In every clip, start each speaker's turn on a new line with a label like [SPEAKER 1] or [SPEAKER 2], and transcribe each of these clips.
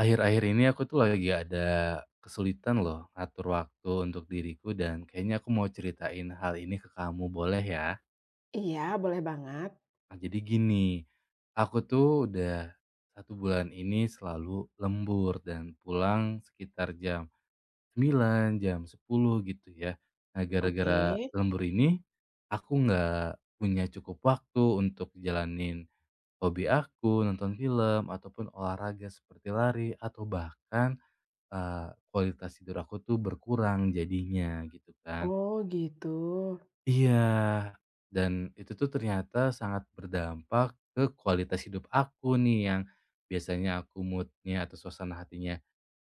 [SPEAKER 1] Akhir-akhir ini aku tuh lagi ada kesulitan loh ngatur waktu untuk diriku dan kayaknya aku mau ceritain hal ini ke kamu boleh ya?
[SPEAKER 2] Iya, boleh banget.
[SPEAKER 1] Nah, jadi gini, aku tuh udah 1 bulan ini selalu lembur dan pulang sekitar jam 9 jam 10 gitu ya. Nah
[SPEAKER 2] Oke.
[SPEAKER 1] gara-gara lembur ini, aku nggak punya cukup waktu untuk jalanin hobi aku, nonton film, ataupun olahraga seperti lari, atau bahkan kualitas tidur aku tuh berkurang jadinya gitu kan.
[SPEAKER 2] Oh, gitu.
[SPEAKER 1] Iya. Dan itu tuh ternyata sangat berdampak ke kualitas hidup aku nih yang biasanya aku moodnya atau suasana hatinya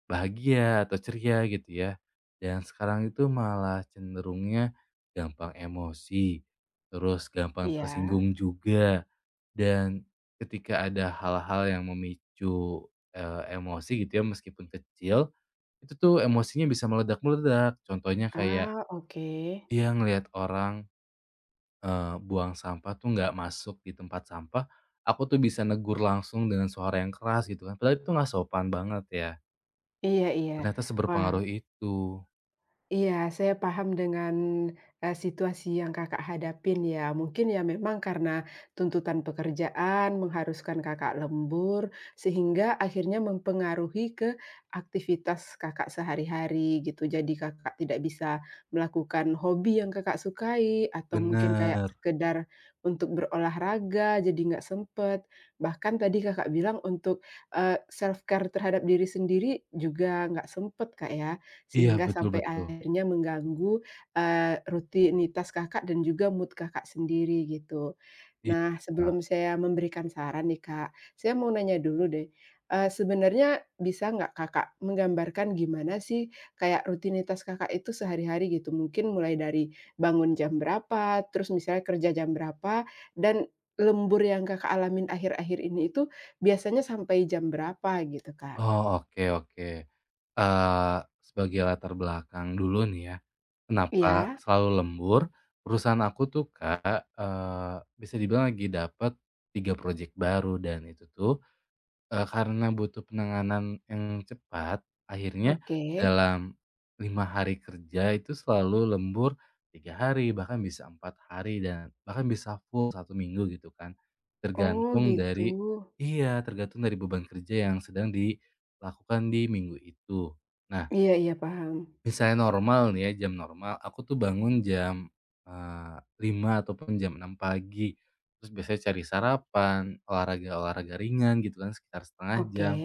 [SPEAKER 1] bahagia atau ceria gitu ya. Dan sekarang itu malah cenderungnya gampang emosi, terus gampang
[SPEAKER 2] Iya.
[SPEAKER 1] tersinggung juga. Dan ketika ada hal-hal yang memicu, emosi gitu ya meskipun kecil, itu tuh emosinya bisa meledak-meledak. Contohnya kayak
[SPEAKER 2] Ah, oke.
[SPEAKER 1] dia ngelihat orang, buang sampah tuh nggak masuk di tempat sampah, aku tuh bisa negur langsung dengan suara yang keras gitu kan, padahal itu nggak sopan banget ya.
[SPEAKER 2] Iya iya.
[SPEAKER 1] Ternyata seberpengaruh
[SPEAKER 2] Wah.
[SPEAKER 1] itu.
[SPEAKER 2] Iya, saya paham dengan, situasi yang Kakak hadapin ya. Mungkin ya memang karena tuntutan pekerjaan mengharuskan Kakak lembur, sehingga akhirnya mempengaruhi ke aktivitas Kakak sehari-hari gitu. Jadi Kakak tidak bisa melakukan hobi yang Kakak sukai, atau mungkin kayak
[SPEAKER 1] Bener.
[SPEAKER 2] sekedar untuk berolahraga, jadi nggak sempet. Bahkan tadi Kakak bilang untuk, self-care terhadap diri sendiri juga nggak sempet, Kak, ya.
[SPEAKER 1] Iya,
[SPEAKER 2] Sehingga
[SPEAKER 1] betul
[SPEAKER 2] sampai
[SPEAKER 1] betul.
[SPEAKER 2] akhirnya mengganggu, rutinitas Kakak dan juga mood Kakak sendiri gitu.
[SPEAKER 1] Iya.
[SPEAKER 2] Nah, sebelum saya memberikan saran nih, Kak, saya mau nanya dulu deh, sebenarnya bisa nggak Kakak menggambarkan gimana sih kayak rutinitas Kakak itu sehari-hari gitu? Mungkin mulai dari bangun jam berapa, terus misalnya kerja jam berapa, dan lembur yang Kakak alamin akhir-akhir ini itu biasanya sampai jam berapa gitu, Kak?
[SPEAKER 1] Oh, oke oke. Eee, sebagai latar belakang dulu nih ya. Kenapa
[SPEAKER 2] Iya,
[SPEAKER 1] selalu lembur? Perusahaan aku tuh, Kak, bisa dibilang lagi dapat 3 projek baru dan itu tuh, karena butuh penanganan yang cepat, akhirnya
[SPEAKER 2] oke.
[SPEAKER 1] dalam 5 hari kerja itu selalu lembur 3 hari, bahkan bisa 4 hari dan bahkan bisa full 1 minggu gitu kan.
[SPEAKER 2] Oh
[SPEAKER 1] Tergantung
[SPEAKER 2] gitu.
[SPEAKER 1] dari iya, tergantung dari beban kerja yang sedang dilakukan di minggu itu. Nah,
[SPEAKER 2] Iya iya paham.
[SPEAKER 1] misalnya normal nih ya, jam normal, aku tuh bangun jam, 5.00 ataupun jam 6 pagi. Terus biasanya cari sarapan, olahraga-olahraga ringan gitu kan sekitar setengah
[SPEAKER 2] Oke.
[SPEAKER 1] jam.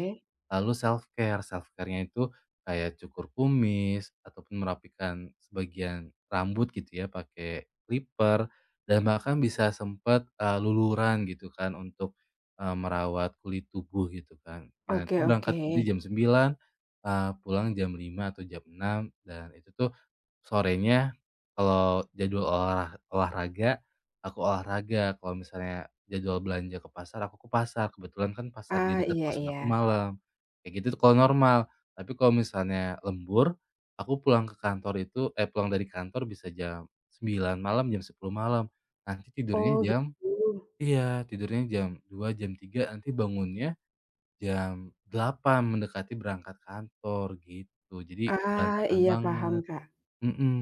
[SPEAKER 1] Lalu self-care, self-care-nya itu kayak cukur kumis ataupun merapikan sebagian rambut gitu ya pakai clipper dan bahkan bisa sempat luluran gitu kan untuk, merawat kulit tubuh gitu kan. Nah
[SPEAKER 2] Oke
[SPEAKER 1] itu
[SPEAKER 2] oke.
[SPEAKER 1] berangkat kerja jam 9, pulang jam 5 atau jam 6 dan itu tuh sorenya kalau jadwal olahraga, aku olahraga, kalau misalnya jadwal belanja ke pasar, aku ke pasar. Kebetulan kan pasar di
[SPEAKER 2] Ah,
[SPEAKER 1] dekat
[SPEAKER 2] iya
[SPEAKER 1] kosan
[SPEAKER 2] iya.
[SPEAKER 1] aku malam, kayak gitu tuh kalau normal. Tapi kalau misalnya lembur, aku pulang ke kantor itu eh, pulang dari kantor bisa jam 9 malam, jam 10 malam. Nanti tidurnya
[SPEAKER 2] Oh
[SPEAKER 1] jam
[SPEAKER 2] gitu.
[SPEAKER 1] iya, tidurnya jam 2 jam 3 nanti bangunnya jam 8 mendekati berangkat kantor, gitu. Jadi
[SPEAKER 2] Ah,
[SPEAKER 1] berantakan
[SPEAKER 2] iya paham,
[SPEAKER 1] banget.
[SPEAKER 2] Kak.
[SPEAKER 1] Mhm,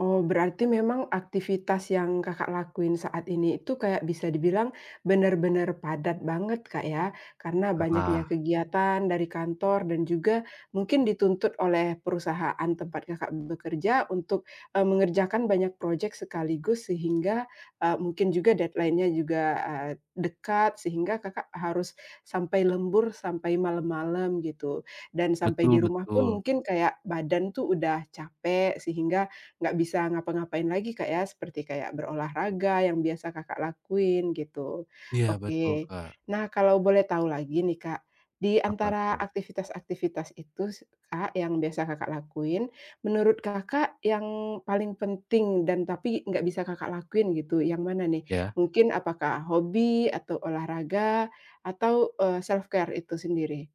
[SPEAKER 2] Oh, berarti memang aktivitas yang Kakak lakuin saat ini itu kayak bisa dibilang benar-benar padat banget, Kak, ya? Karena banyaknya
[SPEAKER 1] parah.
[SPEAKER 2] kegiatan dari kantor dan juga mungkin dituntut oleh perusahaan tempat Kakak bekerja untuk, mengerjakan banyak proyek sekaligus sehingga, mungkin juga deadline-nya juga, dekat sehingga Kakak harus sampai lembur sampai malam-malam gitu. Dan sampai di
[SPEAKER 1] Betul
[SPEAKER 2] rumah pun
[SPEAKER 1] betul.
[SPEAKER 2] mungkin kayak badan tuh udah capek sehingga nggak bisa ngapa-ngapain lagi, Kak, ya, seperti kayak berolahraga yang biasa Kakak lakuin gitu.
[SPEAKER 1] Iya betul,
[SPEAKER 2] Oke.
[SPEAKER 1] Kak.
[SPEAKER 2] Nah, kalau boleh tahu lagi nih, Kak, di
[SPEAKER 1] Apa
[SPEAKER 2] antara
[SPEAKER 1] tuh?
[SPEAKER 2] aktivitas-aktivitas itu Kak, yang biasa Kakak lakuin, menurut Kakak yang paling penting dan tapi nggak bisa Kakak lakuin gitu, yang mana nih?
[SPEAKER 1] Ya,
[SPEAKER 2] Mungkin apakah hobi atau olahraga atau, self-care itu sendiri?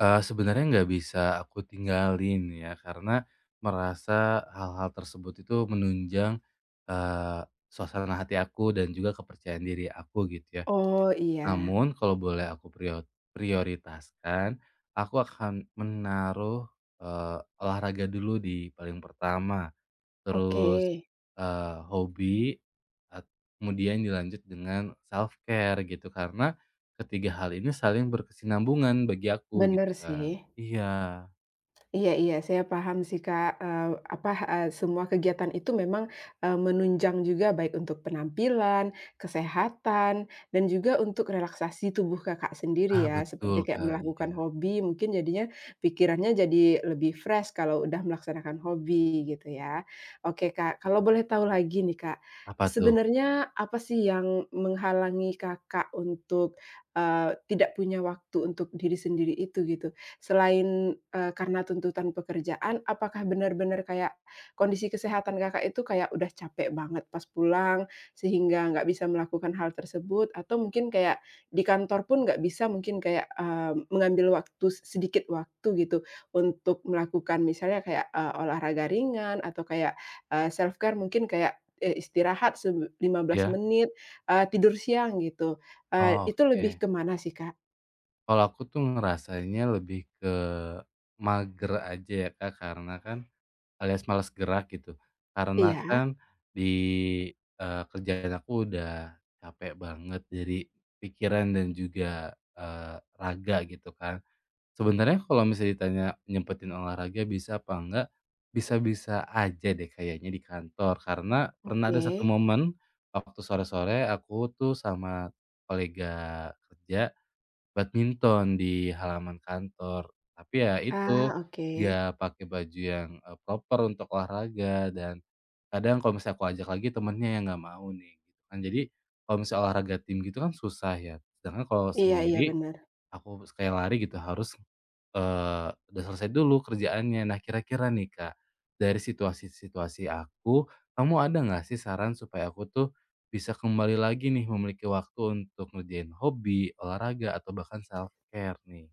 [SPEAKER 1] sebenarnya nggak bisa aku tinggalin ya, karena merasa hal-hal tersebut itu menunjang, eee, suasana hati aku dan juga kepercayaan diri aku gitu ya.
[SPEAKER 2] Oh, iya.
[SPEAKER 1] Namun kalau boleh aku prioritaskan, aku akan menaruh, olahraga dulu di paling pertama.
[SPEAKER 2] Oke.
[SPEAKER 1] Terus, hobi, at kemudian dilanjut dengan self-care gitu, karena ketiga hal ini saling berkesinambungan bagi aku gitu
[SPEAKER 2] Bener
[SPEAKER 1] kan.
[SPEAKER 2] sih.
[SPEAKER 1] Iya.
[SPEAKER 2] Iya iya, saya paham sih Kak, apa, semua kegiatan itu memang, menunjang juga baik untuk penampilan, kesehatan, dan juga untuk relaksasi tubuh Kakak sendiri
[SPEAKER 1] Ah,
[SPEAKER 2] ya,
[SPEAKER 1] betul
[SPEAKER 2] seperti kayak
[SPEAKER 1] Kak,
[SPEAKER 2] melakukan
[SPEAKER 1] iya.
[SPEAKER 2] hobi mungkin jadinya pikirannya jadi lebih fresh kalau udah melaksanakan hobi gitu ya. Oke Kak, kalau boleh tahu lagi nih Kak,
[SPEAKER 1] Apa tuh?
[SPEAKER 2] sebenarnya apa sih yang menghalangi Kakak untuk, tidak punya waktu untuk diri sendiri itu gitu? Selain, karena tuntutan pekerjaan, apakah benar-benar kayak kondisi kesehatan Kakak itu kayak udah capek banget pas pulang, sehingga nggak bisa melakukan hal tersebut? Atau mungkin kayak di kantor pun nggak bisa mungkin kayak, mengambil waktu sedikit waktu gitu untuk melakukan misalnya kayak, olahraga ringan atau kayak, self care mungkin kayak, istirahat lima belas
[SPEAKER 1] Ya.
[SPEAKER 2] menit, tidur siang gitu,
[SPEAKER 1] Oh,
[SPEAKER 2] itu lebih
[SPEAKER 1] oke.
[SPEAKER 2] kemana sih, Kak?
[SPEAKER 1] Kalau aku tuh ngerasanya lebih ke mager aja ya Kak, karena kan alias malas gerak gitu. Karena
[SPEAKER 2] Iya,
[SPEAKER 1] kan di, kerjaan aku udah capek banget dari pikiran dan juga, raga gitu kan. Sebenarnya kalau misalnya ditanya nyempetin olahraga bisa apa enggak, bisa-bisa aja deh kayaknya di kantor. Karena pernah ada
[SPEAKER 2] oke.
[SPEAKER 1] satu momen waktu sore-sore aku tuh sama kolega kerja badminton di halaman kantor. Tapi ya itu,
[SPEAKER 2] Ah, oke.
[SPEAKER 1] nggak pakai baju yang, proper untuk olahraga dan kadang kalau misalnya aku ajak lagi temennya yang nggak mau nih, gitu kan. Jadi, kalau misalnya olahraga tim gitu kan susah ya, sedangkan kalau
[SPEAKER 2] Iya iya,
[SPEAKER 1] sendiri,
[SPEAKER 2] benar.
[SPEAKER 1] aku kayak lari gitu harus udah selesai dulu kerjaannya. Nah, kira-kira nih, Kak, dari situasi-situasi aku, kamu ada nggak sih saran supaya aku tuh bisa kembali lagi nih memiliki waktu untuk ngerjain hobi, olahraga, atau bahkan self-care nih?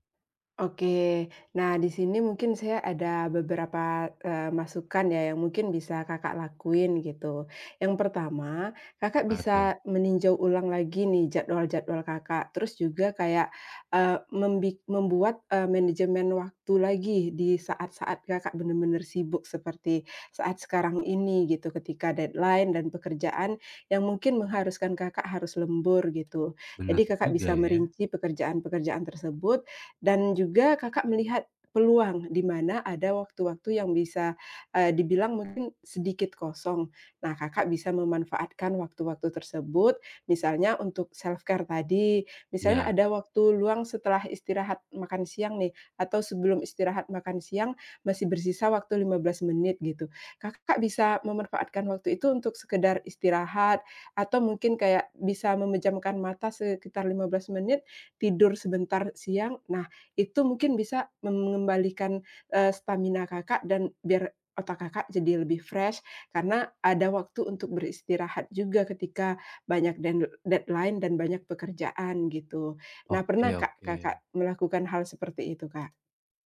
[SPEAKER 2] Oke. Nah, di sini mungkin saya ada beberapa, masukan ya yang mungkin bisa Kakak lakuin gitu. Yang pertama, Kakak
[SPEAKER 1] Apa tuh?
[SPEAKER 2] bisa meninjau ulang lagi nih jadwal-jadwal Kakak, terus juga kayak, membuat, manajemen waktu lagi di saat-saat Kakak benar-benar sibuk seperti saat sekarang ini gitu, ketika deadline dan pekerjaan yang mungkin mengharuskan Kakak harus lembur gitu. Jadi
[SPEAKER 1] Benar
[SPEAKER 2] Kakak
[SPEAKER 1] juga
[SPEAKER 2] bisa
[SPEAKER 1] ya.
[SPEAKER 2] merinci pekerjaan-pekerjaan tersebut dan juga Kakak melihat peluang di mana ada waktu-waktu yang bisa, dibilang mungkin sedikit kosong. Nah, Kakak bisa memanfaatkan waktu-waktu tersebut, misalnya untuk self-care tadi, misalnya
[SPEAKER 1] Ya.
[SPEAKER 2] ada waktu luang setelah istirahat makan siang nih, atau sebelum istirahat makan siang masih bersisa waktu 15 menit gitu. Kakak bisa memanfaatkan waktu itu untuk sekedar istirahat atau mungkin kayak bisa memejamkan mata sekitar 15 menit, tidur sebentar siang. Nah, itu mungkin bisa mengembalikan, stamina Kakak dan biar otak Kakak jadi lebih fresh karena ada waktu untuk beristirahat juga ketika banyak deadline dan banyak pekerjaan gitu. Nah
[SPEAKER 1] Oke
[SPEAKER 2] pernah Kak,
[SPEAKER 1] oke.
[SPEAKER 2] Kakak melakukan hal seperti itu, Kak?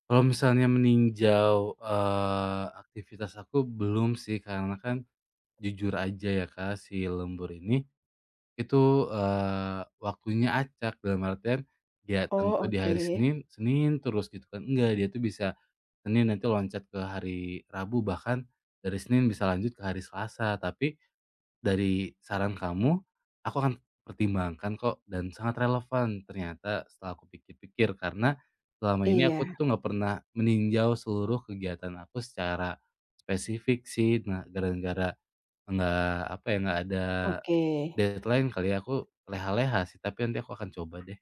[SPEAKER 1] Kalau misalnya meninjau, aktivitas aku belum sih, karena kan jujur aja ya, Kak, si lembur ini itu, waktunya acak, dalam artian, dia
[SPEAKER 2] Oh
[SPEAKER 1] tentu di
[SPEAKER 2] oke.
[SPEAKER 1] hari Senin, Senin terus gitu kan, enggak, dia tuh bisa Senin nanti loncat ke hari Rabu, bahkan dari Senin bisa lanjut ke hari Selasa. Tapi dari saran kamu, aku akan pertimbangkan kok dan sangat relevan ternyata setelah aku pikir-pikir, karena selama ini
[SPEAKER 2] Iya,
[SPEAKER 1] aku tuh nggak pernah meninjau seluruh kegiatan aku secara spesifik sih. Nah, gara-gara nggak, apa ya, nggak ada
[SPEAKER 2] oke.
[SPEAKER 1] deadline kali ya, aku leha-leha sih, tapi nanti aku akan coba deh.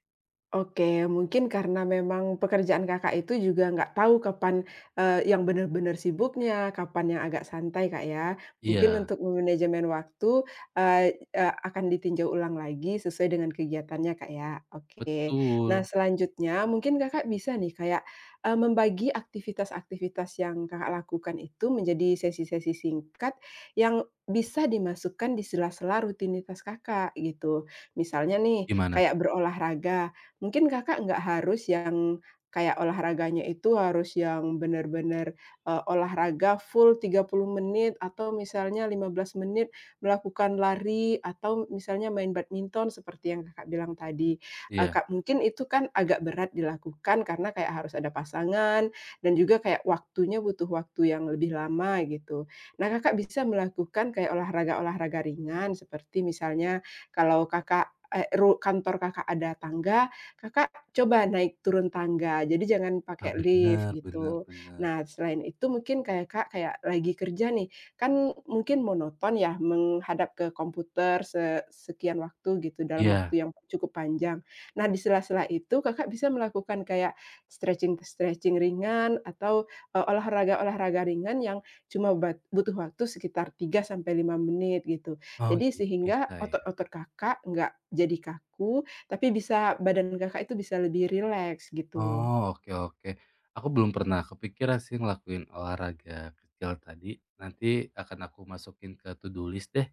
[SPEAKER 2] Oke, mungkin karena memang pekerjaan Kakak itu juga nggak tahu kapan, yang benar-benar sibuknya, kapan yang agak santai, Kak, ya. Mungkin
[SPEAKER 1] Iya,
[SPEAKER 2] untuk memanajemen waktu, eee eee, akan ditinjau ulang lagi sesuai dengan kegiatannya, Kak, ya. Oke. Nah,
[SPEAKER 1] betul.
[SPEAKER 2] selanjutnya mungkin Kakak bisa nih kayak, membagi aktivitas-aktivitas yang Kakak lakukan itu menjadi sesi-sesi singkat yang bisa dimasukkan di sela-sela rutinitas Kakak, gitu. Misalnya nih,
[SPEAKER 1] Gimana tuh?
[SPEAKER 2] kayak berolahraga. Mungkin Kakak nggak harus yang kayak olahraganya itu harus yang benar-benar, olahraga full 30 menit atau misalnya 15 menit melakukan lari atau misalnya main badminton seperti yang Kakak bilang tadi.
[SPEAKER 1] Iya.
[SPEAKER 2] Kak, mungkin itu kan agak berat dilakukan karena kayak harus ada pasangan dan juga kayak waktunya butuh waktu yang lebih lama gitu. Nah, Kakak bisa melakukan kayak olahraga-olahraga ringan seperti misalnya kalau Kakak, kantor Kakak ada tangga, Kakak coba naik turun tangga, jadi jangan
[SPEAKER 1] Ah,
[SPEAKER 2] pakai lift
[SPEAKER 1] bener bener
[SPEAKER 2] gitu.
[SPEAKER 1] bener.
[SPEAKER 2] Nah, selain itu mungkin kayak Kak, kayak lagi kerja nih, kan mungkin monoton ya menghadap ke komputer sekian waktu gitu dalam
[SPEAKER 1] Iya.
[SPEAKER 2] waktu yang cukup panjang. Nah, di sela-sela itu Kakak bisa melakukan kayak stretching-stretching ringan atau, olahraga-olahraga ringan yang cuma butuh waktu sekitar 3 sampai 5 menit gitu.
[SPEAKER 1] Oh
[SPEAKER 2] Jadi
[SPEAKER 1] gitu,
[SPEAKER 2] sehingga
[SPEAKER 1] bisa ya?
[SPEAKER 2] otot-otot Kakak nggak jadi kaku tapi bisa badan Kakak itu bisa lebih rileks gitu.
[SPEAKER 1] Oh, oke oke. Aku belum pernah kepikiran sih ngelakuin olahraga kecil tadi, nanti akan aku masukin ke to do list deh.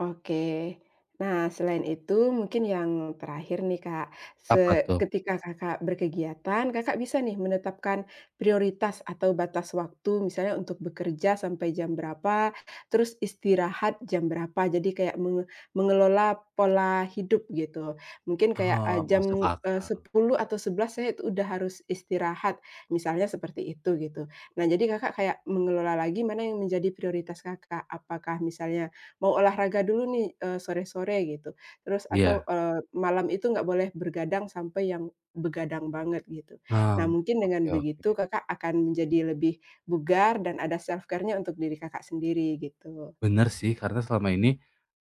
[SPEAKER 2] Oke. Nah, selain itu mungkin yang terakhir nih, Kak, se
[SPEAKER 1] Apa tuh?
[SPEAKER 2] ketika Kakak berkegiatan, Kakak bisa nih menetapkan prioritas atau batas waktu misalnya untuk bekerja sampai jam berapa, terus istirahat jam berapa. Jadi kayak mengelola pola hidup gitu. Mungkin kayak,
[SPEAKER 1] Oh, masuk
[SPEAKER 2] jam,
[SPEAKER 1] akal.
[SPEAKER 2] 10 atau 11 saya itu udah harus istirahat, misalnya seperti itu gitu. Nah, jadi Kakak kayak mengelola lagi mana yang menjadi prioritas Kakak. Apakah misalnya mau olahraga dulu nih, sore-sore gitu. Terus atau,
[SPEAKER 1] Iya.
[SPEAKER 2] malam itu nggak boleh bergadang sampai yang begadang banget gitu.
[SPEAKER 1] Ah
[SPEAKER 2] Nah mungkin dengan
[SPEAKER 1] oke oke.
[SPEAKER 2] begitu Kakak akan menjadi lebih bugar dan ada self-care-nya untuk diri Kakak sendiri gitu.
[SPEAKER 1] Bener sih, karena selama ini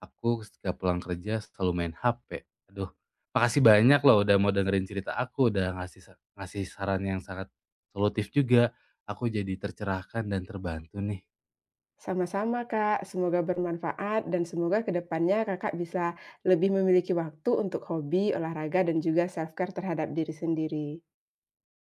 [SPEAKER 1] aku ketika pulang kerja selalu main HP. Aduh, makasih banyak loh udah mau dengerin cerita aku, udah ngasih saran yang sangat solutif juga. Aku jadi tercerahkan dan terbantu nih.
[SPEAKER 2] Sama-sama Kak, semoga bermanfaat dan semoga ke depannya Kakak bisa lebih memiliki waktu untuk hobi, olahraga, dan juga self-care terhadap diri sendiri.